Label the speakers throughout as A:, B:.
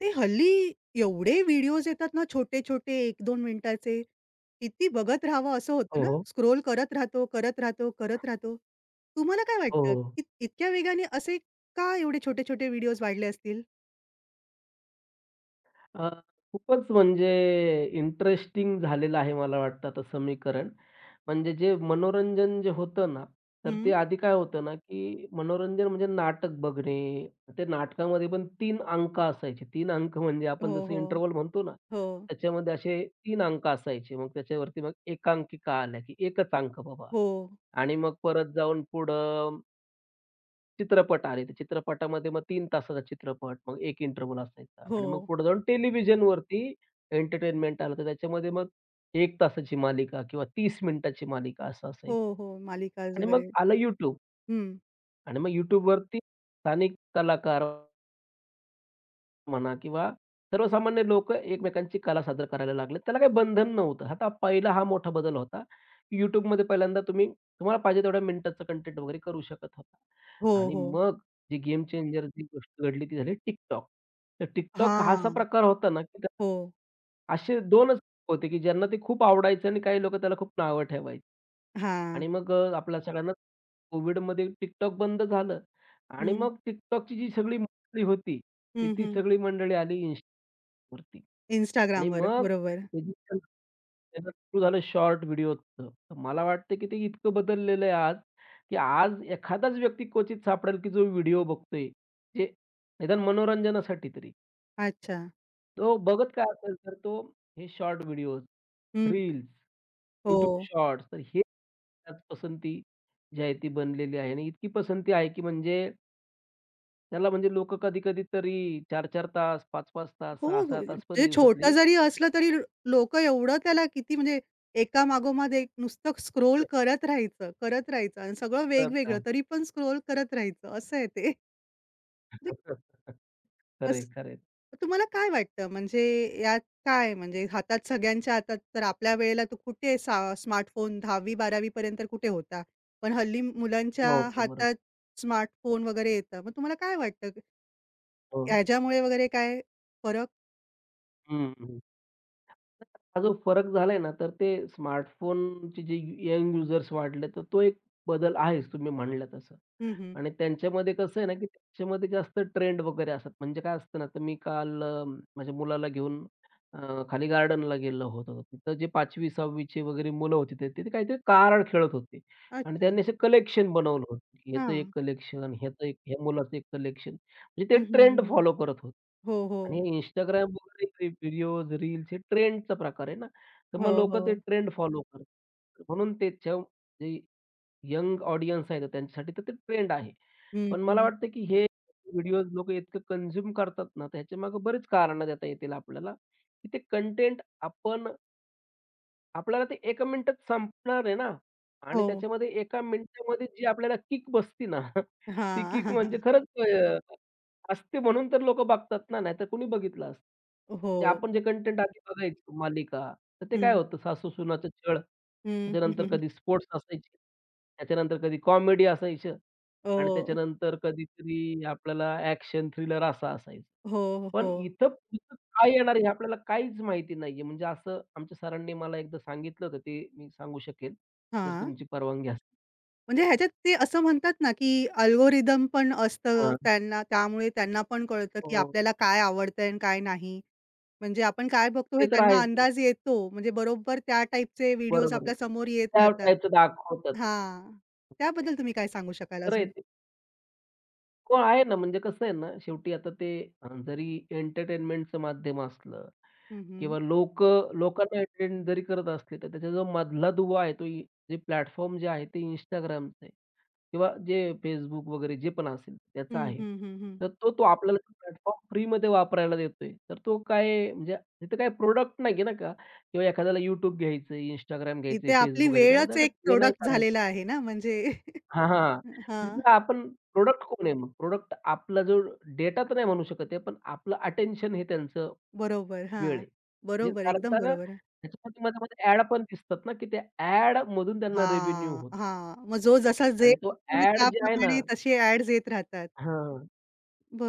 A: ते हल्ली एवढे व्हिडिओज येतात ना छोटे-छोटे 1-2 मिनिटाचे, किती बघत राहावं असं होतं
B: हो,
A: ना,
B: हो.
A: स्क्रोल करत राहतो. तुम्हाला काय
B: हो,
A: वाटतं,
B: हो.
A: की इतक्या वेगाने असे का एवढे छोटे-छोटे व्हिडिओज वाढले असतील?
B: अ, खूपच म्हणजे इंटरेस्टिंग झालेलं आहे मला वाटतं आता समीकरण. म्हणजे जे मनोरंजन जे होतं ना, तर
A: हं.
B: ते आधी काय होतं ना, की मनोरंजन म्हणजे नाटक बघणे. ते नाटकामध्ये पण 3 अंक असायचे. 3 अंक म्हणजे आपण
A: हो,
B: जसं
A: हो.
B: इंटरव्हल म्हणतो ना,
A: हो.
B: त्याच्यामध्ये असे 3 अंक असायचे. मग त्याच्यावरती मग एकांकिका आल्या, की एकच अंक बाबा
A: हो.
B: आणि मग परत जाऊन पुढं चित्रपट आले. त्या चित्रपटामध्ये मग 3 तासाचा चित्रपट, मग 1 इंटरव्हल असायचा
A: हो.
B: आणि मग पुढे जाऊन टेलिव्हिजनवरती एंटरटेनमेंट आलं. तर त्याच्यामध्ये मग 1 तासाची मालिका किंवा 30 मिनिटाची मालिका असं
A: हो,
B: असायचं
A: हो. मालिकाज
B: आणि मग
A: वगैरे.
B: आलं YouTube
A: हं.
B: आणि मग YouTubeवरती स्थानिक कलाकार म्हणा किंवा सर्वसामान्य लोकं एकमेकांची कला सादर करायला लागले त्याला काही बंधन नव्हतं. आता पहिला हा मोठा बदल होता, की YouTubeमध्ये पहिल्यांदा तुम्ही तुम्हाला पाहिजे तेवढ्या मिनिटाचं कंटेंट वगैरे करू शकत होता.
A: हो,
B: आणि
A: हो.
B: मग जी गेम चेंजर जी गोष्ट घडली ती झाली TikTok. तर TikTok हा असा
A: हां.
B: प्रकार होता ना, की त्याला
A: हो.
B: असे 2च होते, की ज्यांना ते खूप आवडायचं आणि काही लोकं त्याला खूप नावं ठेवायची.
A: हां.
B: आणि मग आपल्या सगळ्यांना कोविडमध्ये TikTok बंद झालं आणि
A: हं.
B: मग TikTokची जी सगळी मंडळी होती, ती
A: हं,
B: ती
A: हं.
B: सगळी मंडळी आली Instagramवरती. आणि
A: Instagramवर.
B: मग
A: बरोबर.
B: ते जे त्याचं सुरू झालं शॉर्ट व्हिडिओचं. तर मला वाटतं की ते इतकं बदललेलं आहे आज, की आज एखादाच व्यक्ती क्वचित सापडेल की जो व्हिडिओ बघतोय, जे निदान मनोरंजनासाठी तरी.
A: अच्छा.
B: तो बघत काय असेल तर तो हे शॉर्ट व्हिडिओज,
A: हं.
B: रील्स,
A: हो.
B: YouTube शॉर्ट्स तर हे त्याच पसंती जी आहे ती बनलेली आहे आणि इतकी पसंती आहे की म्हणजे त्याला म्हणजे लोकं कधी-कधी तरी 4 तास, 5-5 तास,
A: हो, हो.
B: 6-6 तास पण
A: म्हणजे छोटं
B: दिवसातले
A: जरी असलं तरी लोकं एवढं त्याला किती म्हणजे एकामागोमाग एक नुसतं स्क्रोल
B: करत
A: करत राहायचं आणि सगळं वेगवेगळं
B: राहतात.
A: तरी पण स्क्रोल करत राहायचं असं आहे ते. म्हणजे
B: खरं आहे,
A: कसं
B: खरं.
A: तुम्हाला काय वाटतं म्हणजे यात काय म्हणजे हातात सगळ्यांच्या हातात तर आपल्या वेळेला तो कुठे स्मार्टफोन 10वी-12वी पर्यंत कुठे होता. पण हल्ली मुलांच्या
B: नव्हतं बरोबर.
A: हातात स्मार्टफोन वगैरे येतं. मग तुम्हाला काय वाटतं
B: हो.
A: ह्याच्यामुळे वगैरे काय फरक?
B: हं, हं. हा जो फरक झालाय ना, तर ते स्मार्टफोनचे जे यंग युजर्स वाढले, तर तो एक बदल आहेच तुम्ही म्हणल्या तसं.
A: हं.
B: आणि त्यांच्यामध्ये कसं आहे ना, की त्यांच्यामध्ये जास्त ट्रेंड वगैरे असतात. म्हणजे काय असतं ना, तर मी काल माझ्या मुलाला घेऊन खाली गार्डनला गेलो होतो. तिथं जे 5वी, 6वी ची वगैरे मुलं होती, तर तिथे काहीतरी कार्ड खेळत होते आणि
A: अच्छा.
B: त्यांनी असं कलेक्शन बनवलं होतं, की ह्याचं एक
A: हां.
B: कलेक्शन, ह्याचं एक ह्या मुलाचं एक कलेक्शन. म्हणजे ते
A: हं, हं, हं,
B: ट्रेंड
A: हं.
B: फॉलो करत होते.
A: हो, हो.
B: आणि Instagram वगैरे व्हिडिओज, रील्स हे ट्रेंडचा प्रकार आहे ना, तर
A: हो,
B: मग लोकं ते
A: हो.
B: ट्रेंड फॉलो करतात. म्हणून त्याच्या यंग ऑडियन्स आहे, तर त्यांच्यासाठी तर ते ट्रेंड आहे.
A: हं,
B: पण मला
A: हं.
B: वाटतं, की हे व्हिडिओज लोकं इतकं कन्झ्युम करतात ना, त्याच्यामागे बरीच कारणं देता येतील आपल्याला, की ते कंटेंट आपण आपल्याला ते एका मिनिटात संपणार आहे ना आणि
A: हो.
B: त्याच्यामध्ये एका मिनिटामध्ये जी आपल्याला किक बसती ना, ती किक
A: हां.
B: म्हणजे खरंच असते म्हणून तर लोकं बघतात ना, नाहीतर कुणी बघितलं असतं.
A: हो.
B: जे आपण जे कंटेंट आधी बघायचो मालिका, तर ते काय
A: हं.
B: होतं सासू-सुनाचं छळ,
A: हं, हं,
B: त्याच्यानंतर
A: हं.
B: कधी स्पोर्ट्स असायचे, त्याच्यानंतर कधी कॉमेडी असायचं आणि
A: हो.
B: त्याच्यानंतर कधीतरी आपल्याला ॲक्शन थ्रिलर असा असायचा.
A: हो,
B: पण
A: हो.
B: इथं पुढचं काय येणार आहे हे आपल्याला काहीच माहिती नाहीये. म्हणजे असं आमच्या सरांनी मला एकदा सांगितलं होतं ते मी सांगू शकेल, जर
A: हां.
B: तुमची परवानगी असेल.
A: म्हणजे ह्याच्यात ते असं म्हणतात ना, की अल्गोरिदम पण असतं
B: हां.
A: त्यांना त्यामुळे त्यांना पण कळतं, की
B: हो.
A: आपल्याला काय आवडतंय आणि काय नाही. म्हणजे आपण काय बघतो हे
B: ते तर
A: त्यांना
B: आहेच ना.
A: अंदाज येतो. म्हणजे बरोबर त्या टाइपचे व्हिडिओज
B: बरोबर आहे.
A: आपल्या समोर येत
B: त्या
A: राहतात.
B: टाईपचं दाखवतात.
A: हां. त्याबद्दल तुम्ही काय सांगू शकाल
B: खरं आहे
A: अजून?
B: ते. हो, आहे ना, म्हणजे कसं आहे ना, शेवटी आता ते जरी एंटरटेनमेंटचं माध्यम असलं
A: हं.
B: किंवा लोकं लोकांना एंटरटेन जरी करत असले, तर त्याचा जो मधला दुवा आहे, तो इ जे प्लॅटफॉर्म जे आहे ते Instagramचं आहे किंवा जे Facebook वगैरे जे पण असेल त्याचा
A: हं,
B: आहे.
A: हं, हं, हं.
B: तर तो तो आपल्याला प्लॅटफॉर्म फ्रीमध्ये वापरायला देतोय. तर तो काय म्हणजे तिथं काही प्रोडक्ट नाही ना का किंवा एखाद्याला YouTube घ्यायचंय, Instagram
A: इथे
B: घ्यायचंय,
A: आपली
B: Facebook घ्यायचं त्याला
A: वेळच
B: तर काय
A: एक
B: पे नाही
A: प्रॉडक्ट
B: करायचं.
A: झालेला आहे ना म्हणजे
B: हां, हां.
A: हां,
B: तिथं आपण प्रॉडक्ट कोण आहे मग? प्रॉडक्ट आपला जो डेटा तर नाही म्हणू शकत आहे, पण आपलं अटेन्शन हे त्यांचं
A: बरोबर.
B: वेळ
A: हां,
B: आहे. म्हणजे
A: बरोबर,
B: कारण
A: एकदम
B: का ना,
A: बरोबर.
B: त्याच्यामध्ये मध्ये-मध्ये ॲड पण दिसतात ना, की त्या ॲडमधून त्यांना रेव्हेन्यू
A: हां,
B: होतो
A: हां. मग जो जसा जे
B: आणि तो
A: बघतोय
B: ॲड जे आहे ना
A: त्याप्रमाणे तसे ॲड्स येत राहतात.
B: हां,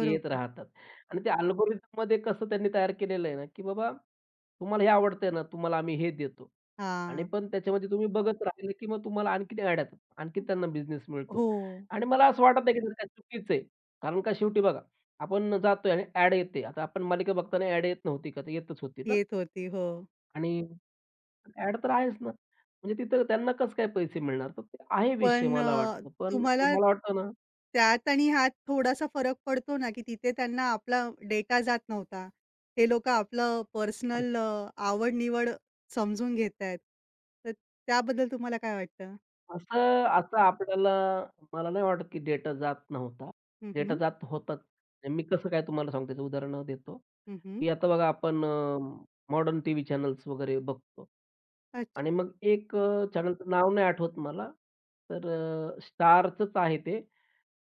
B: येत राहतात आणि त्या अल्गोरिथममध्ये कसं त्यांनी तयार केलेलं आहे ना, की बाबा तुम्हाला हे आवडतंय ना, तुम्हाला आम्ही हे देतो. आणि
A: हां.
B: पण त्याच्यामध्ये तुम्ही बघत राहिले, की मग तुम्हाला आणखीन ॲड येतात. आणखीन त्यांना बिझनेस मिळतो.
A: हो,
B: आणि मला असं वाटत नाही, की ते चुकीचं आहे. कारण का शेवटी बघा, आपण जातोय आणि ॲड येते. आता आपण मालिका बघताना ॲड येत नव्हती का? तर येतच होती ना.
A: येत होती. हो.
B: आणि ॲड तर आहेच ना. म्हणजे तिथं त्यांना कसं काय पैसे मिळणार? तर ते आहे विषय
A: पण
B: मला वाटतं. पण
A: तुम्हाला
B: मला वाटतं ना
A: त्यात आणि ह्यात थोडासा फरक पडतो ना, की तिथे त्यांना आपला डेटा जात नव्हता. ते लोकं आपलं पर्सनल
B: अच्छा.
A: आवड-निवड समजून घेतायत. तर त्याबद्दल तुम्हाला काय वाटतं?
B: असं असं आपल्याला मला नाही वाटत, की डेटा जात नव्हता.
A: हं,
B: डेटा
A: हं.
B: जात होताच. मी कसं काय तुम्हाला सांगतो, त्याचं उदाहरण देतो.
A: हं.
B: की आता बघा आपण मॉडर्न टीव्ही चॅनल्स वगैरे बघतो
A: अच्छा.
B: आणि मग एक चॅनलचं नाव नाही आठवत मला. तर स्टारचंच आहे ते.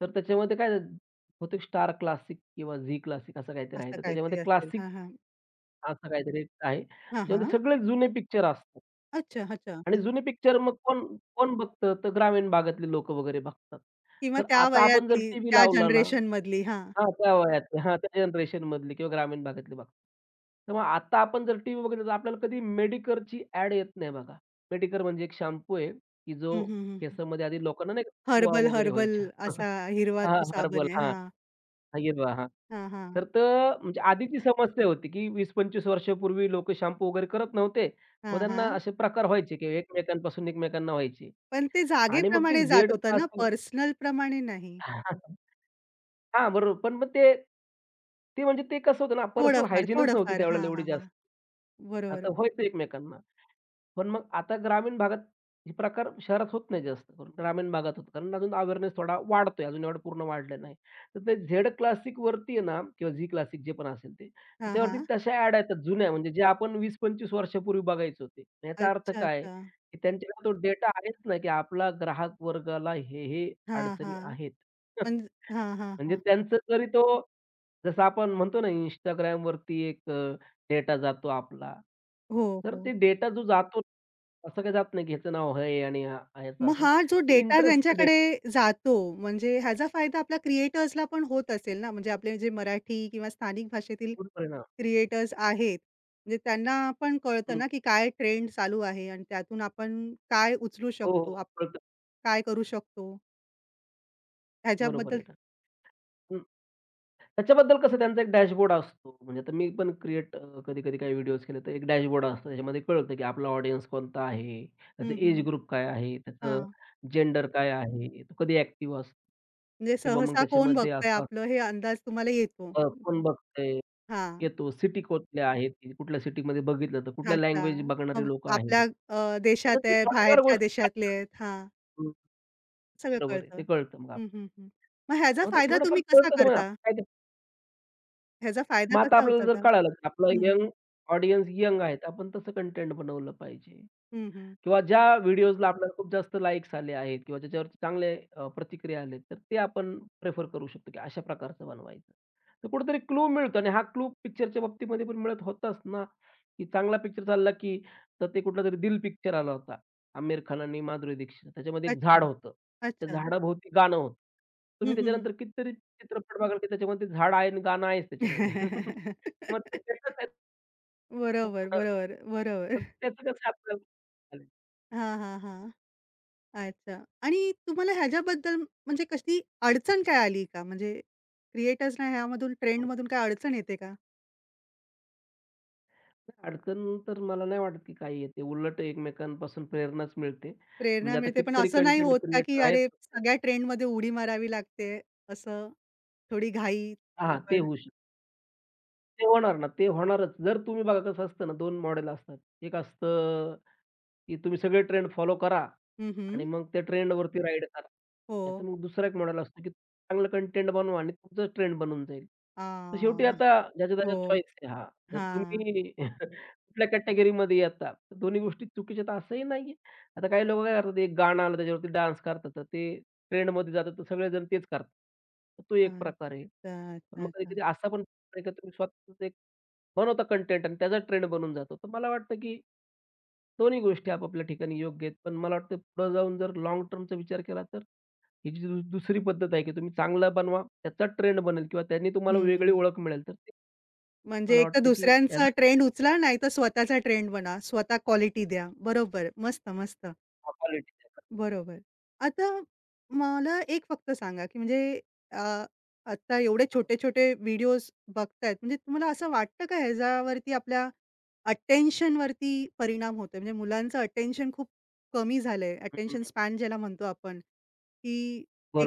B: तर त्याच्यामध्ये काय बहुतेक स्टार क्लासिक किंवा झी क्लासिक असं काहीतरी आहे.
A: असं
B: तर
A: काहीतरी
B: त्याच्यामध्ये
A: असेल.
B: क्लासिक
A: हां, हां.
B: असं काहीतरी आहे.
A: हां,
B: त्याच्यामध्ये
A: हां.
B: सगळे जुने पिक्चर असतात.
A: अच्छा, अच्छा.
B: आणि जुने पिक्चर मग कोण कोण बघतं? तर ग्रामीण भागातले लोकं वगैरे बघतात.
A: किंवा
B: तर
A: त्या
B: आता आपण जर
A: वयातली,
B: टीव्ही
A: त्या
B: लावला ना
A: जनरेशनमधली. हां.
B: हां, त्या वयातले हां, त्या जनरेशनमधले किंवा ग्रामीण भागातले बघतात. तर मग आता आपण जर टीव्ही बघितला तर आपल्याला कधी मेडिकेअरची ॲड येत नाही बघा. मेडिकेअर म्हणजे एक शॅम्पू आहे, की जो
A: हं, हं, हं.
B: केसामध्ये आधी लोकांना नाही का, ओवा
A: हर्बल,
B: वगैरे
A: हर्बल
B: व्हायच्या.
A: असा हिरवा
B: हां,
A: तो
B: हर्बल.
A: साबण आहे.
B: हां.
A: हां.
B: हा, हिरवा. हां.
A: हां, हां.
B: तर तो म्हणजे आधीची समस्या होती, की 20-25 वर्षापूर्वी लोकं शॅम्पू वगैरे करत नव्हते. मग
A: हां,
B: त्यांना
A: हां.
B: असे प्रकार व्हायचे, की एकमेकांपासून एकमेकांना व्हायचे
A: पण ते
B: आणि मग ते
A: जागेप्रमाणे जात
B: झेड
A: होतं
B: क्लास
A: ना, पर्सनलप्रमाणे नाही.
B: हां, बरोबर. पण मग ते ते म्हणजे ते कसं होतं ना, पर्सनल
A: थोडंफार,
B: हायजीनच नव्हती
A: थोडंफार. हां,
B: त्यावेळेला
A: हां,
B: एवढी
A: हां.
B: जास्त. आता
A: बरोबर.
B: व्हायचं एकमेकांना. पण मग आता ग्रामीण भागात हे प्रकार शहरात होत नाही जास्त करून. ग्रामीण भागात होतं. कारण अजून अवेअरनेस थोडा वाढतोय. अजून एवढं पूर्ण वाढलं नाही. तर ते झेड क्लासिकवरती आहे ना किंवा झी क्लासिक जे पण असेल ते,
A: हां,
B: त्याच्यावरती
A: हां.
B: तशा ॲड येतात जुन्या म्हणजे जे आपण 20-25 वर्षापूर्वी बघायचे होते. याचा अर्थ
A: अच्छा,
B: काय?
A: अच्छा.
B: की त्यांच्याकडे तो डेटा आहेच ना, की आपला ग्राहक वर्गाला हे
A: हां,
B: अडचणी
A: हां.
B: आहेत.
A: म्हणजे हां, हां,
B: म्हणजे
A: हां.
B: त्यांचं तरी तो जसं आपण म्हणतो ना Instagram वरती एक डेटा जातो आपला.
A: हो,
B: तर
A: हो.
B: ते डेटा जो जातो, असं काही जात नाही, की ह्याचं नाव हे आणि ह्याचं
A: मग
B: असं.
A: हा जो डेटा
B: इंटरेस्टचा
A: त्यांच्याकडे
B: डेटा
A: जातो, म्हणजे ह्याचा फायदा आपल्या क्रिएटर्सला पण होत असेल ना, म्हणजे आपले जे मराठी किंवा स्थानिक भाषेतील
B: बरोबर आहे ना?
A: क्रिएटर्स आहेत, म्हणजे त्यांना पण कळतं
B: हं.
A: ना, की काय ट्रेंड चालू आहे आणि त्यातून आपण काय उचलू
B: हो,
A: शकतो,
B: हो. कळतं.
A: काय करू शकतो
B: बरोबर
A: ह्याच्याबद्दल
B: आहे ना. हं. त्याच्याबद्दल कसं त्यांचा एक डॅशबोर्ड असतो. म्हणजे आता मी पण कधी-कधी काही व्हिडिओज केले तर एक डॅशबोर्ड असतो. त्याच्यामध्ये कळतं, की आपला ऑडियन्स कोणता आहे, त्याचं
A: हं.
B: एज ग्रुप काय आहे, त्याचं
A: हां.
B: जेंडर काय आहे, तो कधी ॲक्टिव्ह असतो
A: म्हणजे
B: किंवा मग
A: सहसा कोण
B: त्याच्यामध्ये
A: बघतंय
B: असं असतं
A: आपलं हे अंदाज तुम्हाला येतो.
B: कोण बघतंय,
A: हां.
B: येतो, सिटी कुठल्या आहेत, की कुठल्या सिटीमध्ये बघितलं तर कुठल्या
A: अच्छा.
B: लँग्वेज बघणारी
A: मग
B: लोकं आहेत.
A: आपल्या
B: आता
A: देशात
B: ते
A: आहे,
B: थोड्याफार
A: बाहेरच्या
B: गोष्टी
A: देशातले
B: कळतात.
A: आहेत. हां,
B: हं,
A: सगळं
B: बरोबर आहे.
A: कळतं.
B: ते कळतं मग
A: हं,
B: आपल्याला.
A: हं, हं. मग ह्याचा
B: मग ते
A: फायदा
B: थोडंफार
A: तुम्ही कसा
B: कळतं तर मग
A: करता?
B: आपण काय
A: ह्याचा फायदा
B: मग आता
A: कसा
B: आपल्याला जर
A: उचलता?
B: कळालं, की आपला
A: हं.
B: यंग ऑडियन्स यंग आहेत, आपण तसं कंटेंट बनवलं पाहिजे.
A: हं.
B: किंवा ज्या व्हिडिओजला आपल्याला खूप जास्त लाइक्स आले आहेत किंवा ज्याच्यावरती चांगले प्रतिक्रिया आले, तर ते आपण प्रिफर करू शकतो, की अशा प्रकारचं बनवायचं. तर कुठेतरी क्लू मिळतो आणि हा क्लू पिक्चरच्या बाबतीमध्ये पण मिळत होताच ना, की चांगला पिक्चर चालला, की तर ते कुठलातरी दिल पिक्चर आला होता. आमिर खान आणि माधुरी दीक्षित. त्याच्यामध्ये एक झाड
A: अच्छा,
B: होतं. त्या
A: अच्छा.
B: झाडाभोवती गाणं होतं. तुम्ही
A: हं.
B: त्याच्यानंतर कितीतरी चित्रपट बघाल, की त्याच्यामध्ये ते झाड आहे आणि गाणं आहेच त्याच्यामध्ये. मग ते त्याचं त्याचं
A: बरोबर, बरोबर, बरोबर.
B: त्याचं कसं आपल्याला चालेल.
A: हां, हां, हां. अच्छा. आणि तुम्हाला ह्याच्याबद्दल म्हणजे कशी अडचण काय आली का? म्हणजे क्रिएटर्सना ह्यामधून ट्रेंडमधून काय अडचण येते का?
B: अडचण तर मला नाही वाटत की काही येते. उलट एकमेकांपासून प्रेरणाच मिळते.
A: प्रेरणा
B: म्हणजे आता
A: मिळते, पण
B: कितीतरी
A: असं नाही
B: कंटेंट
A: होत का, की
B: क्रिएटर
A: अरे
B: आहेत
A: सगळ्या ट्रेंडमध्ये उडी मारावी लागते, असं थोडी घाई,
B: हां, ते
A: गडबड?
B: होऊ शकतं. ते होणार ना, ते होणारच. जर तुम्ही बघा कसं असतं ना, 2 मॉडेल असतात. एक असतं की तुम्ही सगळे ट्रेंड फॉलो करा.
A: हं.
B: आणि मग त्या ट्रेंडवरती राईड करा.
A: हो.
B: नाहीतर मग दुसरा एक मॉडेल असतो, की चांगलं कंटेंट बनवा आणि तुमचाच ट्रेंड बनून जाईल. तर शेवटी
A: हां.
B: आता ज्याच्या त्याच्या
A: हो.
B: चॉईस आहे. हां, जर
A: हां,
B: तुम्ही कुठल्या कॅटेगरीमध्ये येता, तर दोन्ही गोष्टी चुकीच्या आहेत असंही नाहीये. आता काही लोकं काय करतात, एक गाणं आलं त्याच्यावरती डान्स करतात, तर ते ट्रेंडमध्ये जातात, तर सगळेजण तेच करतात. तर तो एक
A: हां.
B: प्रकार आहे.
A: अच्छा,
B: पण
A: अच्छा,
B: मग
A: अच्छा.
B: कधी-कधी असा पण प्रकार आहे, का तुम्ही स्वतःच एक बनवता कंटेंट आणि त्याचा ट्रेंड बनून जातो. तर मला वाटतं, की दोन्ही गोष्टी आपापल्या ठिकाणी योग्य आहेत. पण मला वाटतं पुढे जाऊन जर लाँग टर्मचा विचार केला तर ही जी दुसरी पद्धत आहे, की तुम्ही चांगला बनवा, त्याचा ट्रेंड बनेल किंवा त्यांनी तुम्हाला वेगळी
A: हं.
B: ओळख मिळेल. तर ते
A: म्हणजे
B: मला
A: एक तर
B: वाटतं की ॲज
A: दुसऱ्यांचा
B: अ
A: ट्रेंड उचला, नाहीतर स्वतःचा ट्रेंड बना. स्वतः क्वालिटी द्या. बरोबर. मस्त, मस्त.
B: हां, क्वालिटी.
A: बरोबर. आता मला एक फक्त सांगा, की म्हणजे अ, आता एवढे छोटे-छोटे व्हिडिओज बघतायत, म्हणजे तुम्हाला असं वाटतं का ह्याच्यावरती आपल्या अटेन्शन वरती परिणाम होतोय? म्हणजे मुलांचं अटेन्शन खूप कमी झालंय. अटेन्शन स्पॅन ज्याला म्हणतो आपण, की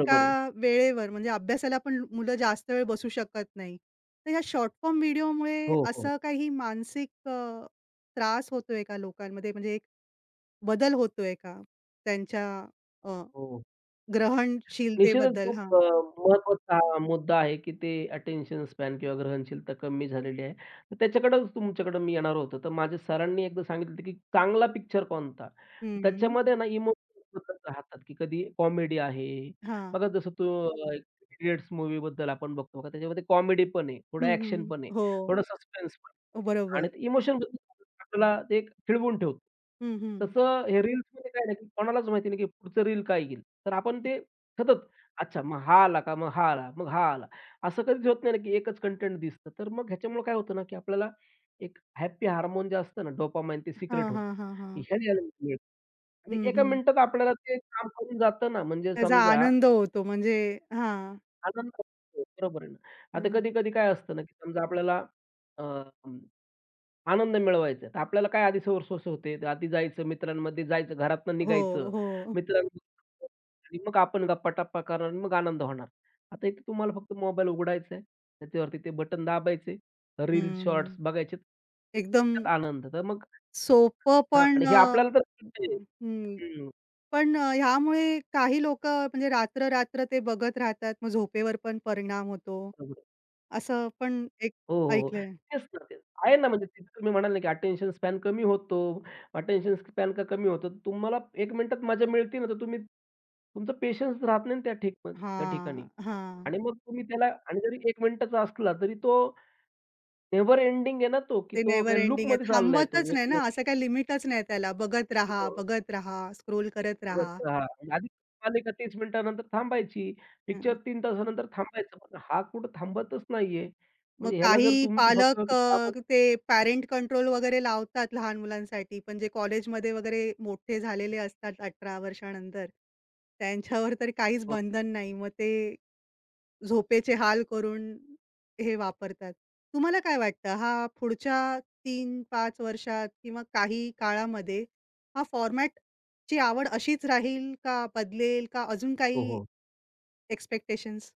A: एका
B: आहे.
A: वेळेवर म्हणजे अभ्यासाला पण मुलं जास्त वेळ बसू शकत नाही. तर ह्या शॉर्ट फॉर्म व्हिडिओमुळे
B: हो, हो.
A: असं काही मानसिक त्रास होतोय का लोकांमध्ये? म्हणजे एक बदल होतोय का? त्यांच्या अ,
B: हो. निश्चितच
A: ग्रहणशीलतेबद्दल?
B: खूप
A: हां.
B: महत्त्वाचा हा मुद्दा आहे, की ते अटेन्शन स्पॅन किंवा ग्रहणशीलता कमी झालेली आहे. तर त्याच्याकडंच तुमच्याकडं मी येणार होतो. तर माझ्या सरांनी एकदा सांगितलं होतं, की चांगला पिक्चर कोणता?
A: हं.
B: त्याच्यामध्ये ना इमोशन्स बदलत राहतात, की कधी कॉमेडी आहे.
A: हां.
B: बघा जसं तो अ, इडियट्स मूव्हीबद्दल आपण बघतो बघा त्याच्यामध्ये कॉमेडी पण आहे, थोडं
A: हं, हं.
B: ॲक्शन पण आहे,
A: हो.
B: थोडं सस्पेन्स आणि
A: बरोबर.
B: ते इमोशन आपल्याला ते एक खिळवून ठेवतं.
A: हं, हं.
B: तसं हे रील्समध्ये काय आहे ना, की कोणालाच माहिती नाही, की पुढचं रील काय येईल. तर आपण ते सतत अच्छा मग हा आला का? मग हा आला, मग हा आला. असं कधीच होत नाही ना, की एकच कंटेंट दिसतं. तर मग ह्याच्यामुळे काय होतं ना, की आपल्याला एक हॅपी हार्मोन जे असतं ना डोपामाइन ते
A: हां,
B: सिक्रेट होतं.
A: हां, हां, हां.
B: की ह्याने आनंद मिळतो. आणि
A: हं,
B: एका
A: हं.
B: मिनिटात आपल्याला ते काम करून जातं ना, म्हणजे
A: त्याचा
B: समजा
A: आनंद होतो म्हणजे हां.
B: आनंद होतो, बरोबर आहे ना. आता
A: हं.
B: कधी-कधी काय असतं ना, की समजा आपल्याला आनंद मिळवायचा आहे. तर आपल्याला काय आधी सोर्स होते. तर आधी जायचं, मित्रांमध्ये जायचं, घरातनं
A: हो,
B: निघायचं,
A: हो.
B: मित्रांबरोबर आणि मग आपण गप्पा-टप्पा करणार आणि मग आनंद होणार. आता इथे तुम्हाला फक्त मोबाईल उघडायचा आहे. त्याच्यावरती ते बटन दाबायचे. रील्स, शॉर्ट्स
A: हं.
B: बघायचे.
A: एकदम
B: त्याच्यात आनंद. तर मग
A: सोपं
B: हां
A: पण
B: आणि हे आपल्याला तर
A: हं.
B: हं.
A: पण ह्यामुळे काही लोकं म्हणजे रात्र-रात्र ते बघत राहतात. मग झोपेवर पण परिणाम होतो. असं पण एक
B: हो, हो, हो.
A: ऐकलंय.
B: तेच ना ते आहे ना, म्हणजे तिथं तुम्ही म्हणाल ना, की अटेन्शन स्पॅन कमी होतो. अटेन्शन स्पॅन का कमी होतो? तर तुम्हाला 1 मिनिटात मजा मिळते ना, तर तुम्ही तुमचा पेशन्स राहत नाही ना त्या
A: हां,
B: ठिकाणी.
A: हां.
B: आणि मग तुम्ही त्याला आणि जरी 1 मिनिटाचा असला, तरी तो नेव्हर एंडिंग आहे ना तो, की
A: ते नेव्हर
B: तो
A: एंडिंग आहे.
B: लूपमध्ये चाललाय तो.
A: थांबवतच नाही
B: एक
A: ना, असं काही लिमिटच नाही त्याला. बघत राहा,
B: हो,
A: बघत राहा, स्क्रोल करत
B: बघत
A: राहा.
B: रहा. आधी आले का 30 मिनिटानंतर थांबायची.
A: हं.
B: पिक्चर 3 तासानंतर थांबायचं. पण हा कुठं थांबतच नाहीये.
A: मग
B: म्हणजे ह्याला
A: काही
B: जर तुमचं स्वतः
A: पालक ते पॅरेंट कंट्रोल वगैरे लावतात लहान मुलांसाठी, पण जे कॉलेजमध्ये वगैरे मोठे झालेले असतात 18 वर्षानंतर, त्यांच्यावर तर काहीच
B: हो,
A: बंधन नाही. मग ते झोपेचे हाल करून हे वापरतात. तुम्हाला काय वाटतं हा पुढच्या 3, 5 वर्षात किंवा काही काळामध्ये हा फॉर्मॅट ची आवड अशीच राहील का बदलेल का अजून
B: हो,
A: काही
B: हो.
A: एक्सपेक्टेशन्स?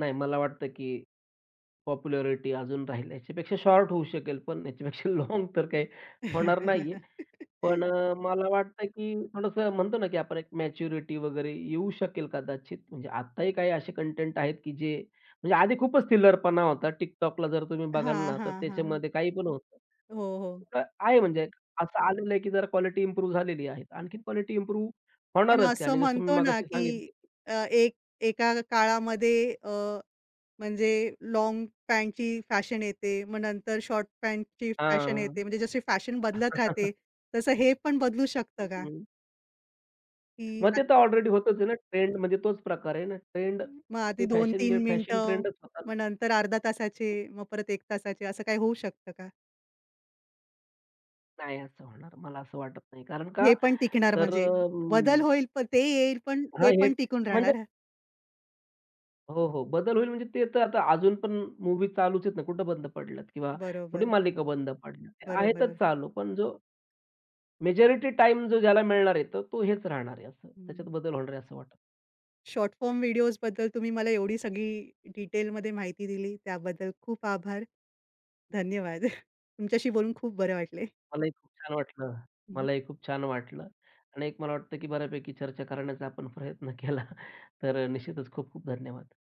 B: नाही मला वाटतं, की पॉप्युलॅरिटी अजून राहील. याच्यापेक्षा शॉर्ट होऊ शकेल, पण याच्यापेक्षा लाँग तर काही होणार नाहीये. पण मला वाटतं की थोडंसं म्हणतो ना, की आपण एक मॅच्युरिटी वगैरे येऊ शकेल कदाचित. म्हणजे आत्ताही काही असे कंटेंट आहेत, की जे म्हणजे आधी खूपच थिल्लरपणा होता. TikTokला जर तुम्ही बघाल
A: हां,
B: ना, तर
A: हां, हां.
B: त्याच्यामध्ये काही पण होतं.
A: हो, हो.
B: तर आहे म्हणजे असं आलेलं आहे, की जरा क्वालिटी इम्प्रूव्ह झालेली आहे. आणखीन क्वालिटी इम्प्रूव्ह
A: पण
B: होणारच आहे
A: असं
B: आणि जसं मी
A: म्हणतो ना,
B: मगाशी
A: की
B: सांगितलं, की
A: एक एका काळामध्ये म्हणजे लाँग पॅन्टची फॅशन येते, मग नंतर शॉर्ट पॅन्टची फॅशन येते.
B: हां.
A: म्हणजे जशी फॅशन बदलत राहते, तसं हे पण बदलू शकतं का? की
B: मग ते
A: आत
B: तर ऑलरेडी होतच आहे ना ट्रेंड म्हणजे तोच प्रकार आहे ना. ट्रेंड
A: हं. मग आधी
B: ते फॅशन
A: 2-3
B: जे फॅशन
A: मिनिटं,
B: ट्रेंडच होता ना.
A: मग नंतर अर्धा तासाचे, मग परत 1 तासाचे असं काही होऊ शकतं का?
B: नाही असं होणार मला असं वाटत नाही. कारण
A: हे
B: का
A: पण टिकणार
B: तर
A: म्हणजे बदल होईल, पण ते येईल, पण
B: हां,
A: हे
B: हे
A: पण टिकून
B: म्हणजे
A: राहणार.
B: हो, हो. बदल होईल म्हणजे ते तर आता अजून पण मूव्ही चालूच आहेत ना, कुठं बंद पडल्यात किंवा कुठे
A: बरोबर,
B: मालिका बंद पडल्या. ते
A: बरोबर.
B: आहेतच चालू. पण जो मेजॉरिटी टाईम जो ज्याला मिळणार आहे, तर तो हेच राहणार आहे असं. त्याच्यात बदल होणार आहे असं वाटत
A: शॉर्ट फॉर्म व्हिडिओजबद्दल तुम्ही मला एवढी सगळी डिटेलमध्ये माहिती दिली त्याबद्दल खूप आभार. धन्यवाद. तुमच्याशी बोलून खूप बरं वाटले.
B: मलाही खूप छान वाटलं.
A: हं,
B: मलाही खूप छान वाटलं आणि एक मला वाटतं, की बऱ्यापैकी चर्चा करण्याचा आपण प्रयत्न केला. तर निश्चितच खूप खूप धन्यवाद.